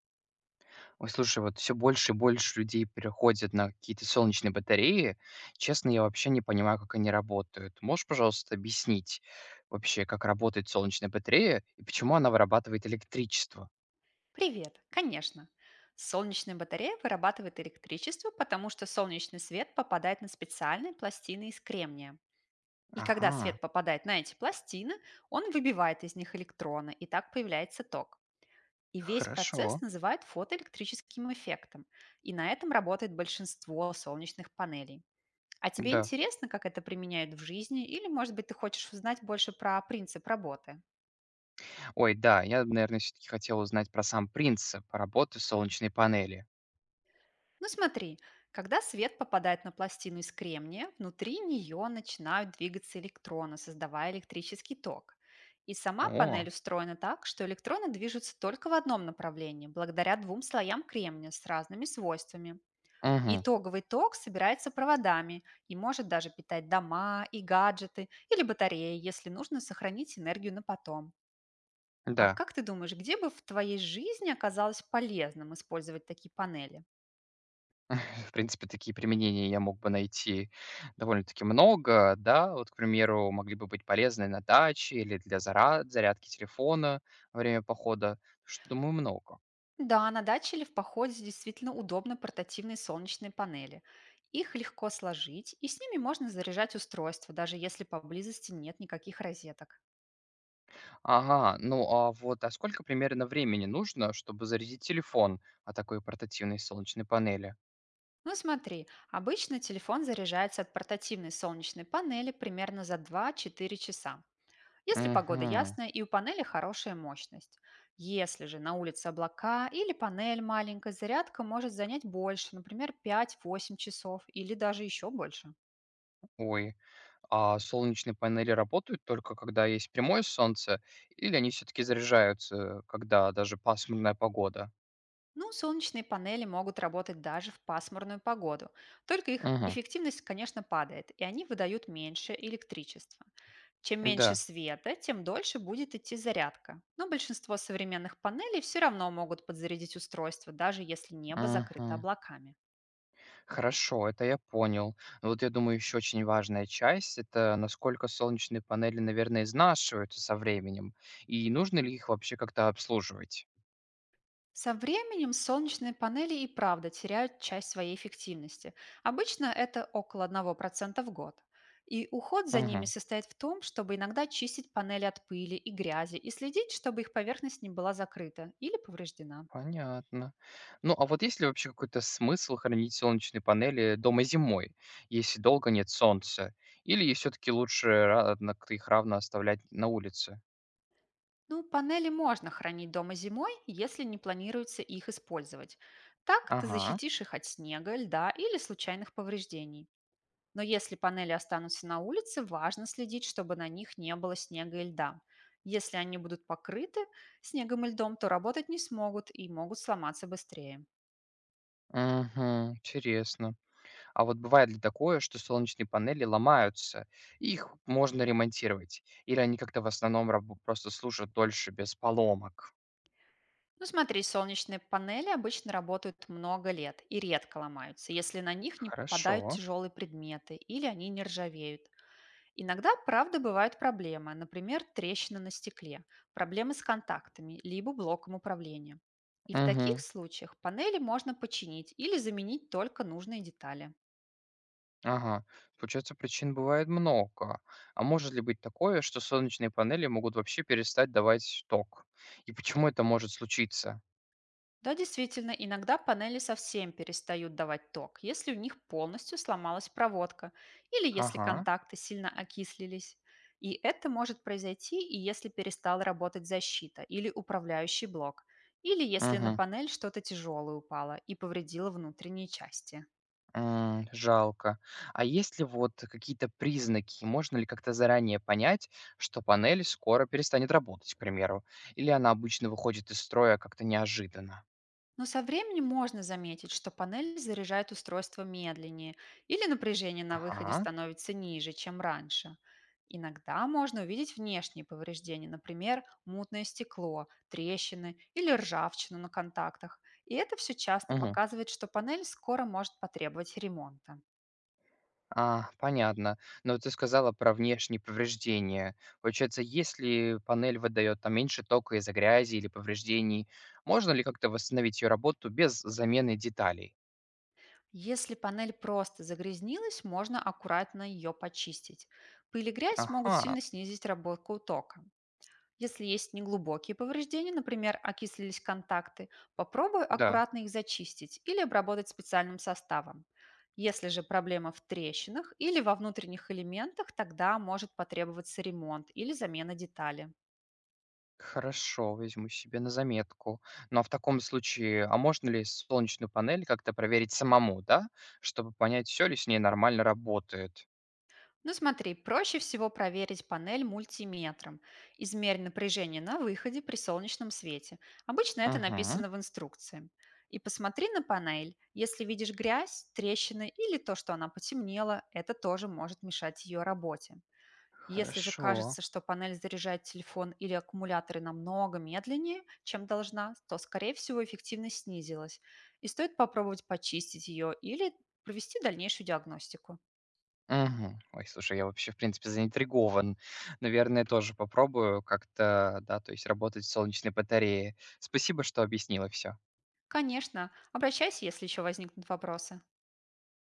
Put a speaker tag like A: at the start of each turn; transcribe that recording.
A: Ой, слушай, вот все больше и больше людей переходят на какие-то солнечные батареи. Честно, я вообще не понимаю, как они работают. Можешь, пожалуйста, объяснить вообще, как работает солнечная батарея и почему она вырабатывает электричество?
B: Привет, конечно. Солнечная батарея вырабатывает электричество, потому что солнечный свет попадает на специальные пластины из кремния. И когда
A: Ага,
B: свет попадает на эти пластины, он выбивает из них электроны, и так появляется ток. И весь процесс
A: хорошо.
B: называют фотоэлектрическим эффектом. И на этом работает большинство солнечных панелей. А тебе
A: Да.
B: интересно, как это применяют в жизни, или, может быть, ты хочешь узнать больше про принцип работы?
A: Ой, да, я, наверное, все таки хотел узнать про сам принцип работы солнечной панели.
B: Ну смотри, когда свет попадает на пластину из кремния, внутри нее начинают двигаться электроны, создавая электрический ток. И сама
A: О,
B: панель устроена так, что электроны движутся только в одном направлении, благодаря двум слоям кремния с разными свойствами.
A: мгм,
B: Итоговый ток собирается проводами и может даже питать дома и гаджеты или батареи, если нужно сохранить энергию на потом. А
A: да.
B: как ты думаешь, где бы в твоей жизни оказалось полезным использовать такие панели?
A: В принципе, такие применения я мог бы найти довольно-таки много, да. Вот, к примеру, могли бы быть полезны на даче или для зара зарядки телефона во время похода, что, думаю, много.
B: Да, на даче или в походе действительно удобны портативные солнечные панели. Их легко сложить, и с ними можно заряжать устройство, даже если поблизости нет никаких розеток.
A: Ага, ну, а вот, а сколько примерно времени нужно, чтобы зарядить телефон от такой портативной солнечной панели?
B: Ну смотри, обычно телефон заряжается от портативной солнечной панели примерно за 2-4 часа, если погода
A: Угу.
B: ясная и у панели хорошая мощность. Если же на улице облака или панель маленькая, зарядка может занять больше, например, 5-8 часов или даже еще больше.
A: Ой, а солнечные панели работают только когда есть прямое солнце, или они все-таки заряжаются, когда даже пасмурная погода?
B: Ну, солнечные панели могут работать даже в пасмурную погоду, только их
A: Угу.
B: эффективность, конечно, падает, и они выдают меньше электричества. Чем меньше
A: Да.
B: света, тем дольше будет идти зарядка. Но большинство современных панелей все равно могут подзарядить устройство, даже если небо закрыто
A: Мгм.
B: облаками.
A: Хорошо, это я понял. Но вот я думаю, еще очень важная часть– это насколько солнечные панели, наверное, изнашиваются со временем, и нужно ли их вообще как-то обслуживать?
B: Со временем солнечные панели и правда теряют часть своей эффективности. Обычно это около 1% в год. И уход за ними
A: Угу,
B: состоит в том, чтобы иногда чистить панели от пыли и грязи и следить, чтобы их поверхность не была закрыта или повреждена.
A: понятно. Ну, а вот есть ли вообще какой-то смысл хранить солнечные панели дома зимой, если долго нет солнца? Или все-таки лучше их равно оставлять на улице?
B: Ну, панели можно хранить дома зимой, если не планируется их использовать. Так ты
A: Ага,
B: защитишь их от снега, льда или случайных повреждений. Но если панели останутся на улице, важно следить, чтобы на них не было снега и льда. Если они будут покрыты снегом и льдом, то работать не смогут и могут сломаться быстрее.
A: угу, интересно. А вот бывает ли такое, что солнечные панели ломаются, и их можно ремонтировать? Или они как-то в основном просто служат дольше без поломок?
B: Ну смотри, солнечные панели обычно работают много лет и редко ломаются, если на них не попадают
A: Хорошо.
B: тяжелые предметы или они не ржавеют. Иногда, правда, бывают проблемы, например, трещины на стекле, проблемы с контактами, либо блоком управления. И в таких
A: Угу.
B: случаях панели можно починить или заменить только нужные детали.
A: Ага. Получается, причин бывает много. А может ли быть такое, что солнечные панели могут вообще перестать давать ток? И почему это может случиться?
B: Да, действительно, иногда панели совсем перестают давать ток, если у них полностью сломалась проводка или если
A: Ага.
B: контакты сильно окислились. И это может произойти и если перестала работать защита или управляющий блок, или если на
A: Мгм.
B: панель что-то тяжелое упало и повредило внутренние части.
A: М, жалко. А есть ли вот какие-то признаки? Можно ли как-то заранее понять, что панель скоро перестанет работать, к примеру? Или она обычно выходит из строя как-то неожиданно?
B: Но со временем можно заметить, что панель заряжает устройство медленнее или напряжение на выходе
A: Ага.
B: становится ниже, чем раньше. Иногда можно увидеть внешние повреждения, например, мутное стекло, трещины или ржавчину на контактах. И это все часто
A: Мгм.
B: показывает, что панель скоро может потребовать ремонта.
A: А, понятно. Но ты сказала про внешние повреждения. Получается, если панель выдает там меньше тока из-за грязи или повреждений, можно ли как-то восстановить ее работу без замены деталей?
B: Если панель просто загрязнилась, можно аккуратно ее почистить. Пыль и грязь могут
A: Ага,
B: сильно снизить работу тока. Если есть неглубокие повреждения, например, окислились контакты, попробуй
A: да.
B: аккуратно их зачистить или обработать специальным составом. Если же проблема в трещинах или во внутренних элементах, тогда может потребоваться ремонт или замена детали.
A: Хорошо, возьму себе на заметку. Но в таком случае, а можно ли солнечную панель как-то проверить самому, да? Чтобы понять, все ли с ней нормально работает.
B: Ну смотри, проще всего проверить панель мультиметром. Измерь напряжение на выходе при солнечном свете. Обычно это
A: Угу,
B: написано в инструкции. И посмотри на панель. Если видишь грязь, трещины или то, что она потемнела, это тоже может мешать ее работе. Если же
A: хорошо.
B: кажется, что панель заряжает телефон или аккумуляторы намного медленнее, чем должна, то, скорее всего, эффективность снизилась. И стоит попробовать почистить ее или провести дальнейшую диагностику.
A: Угу. Ой, слушай, я вообще, в принципе, заинтригован. Наверное, тоже попробую как-то, да, то есть работать с солнечной батареей. Спасибо, что объяснила все.
B: Конечно, обращайся, если еще возникнут вопросы.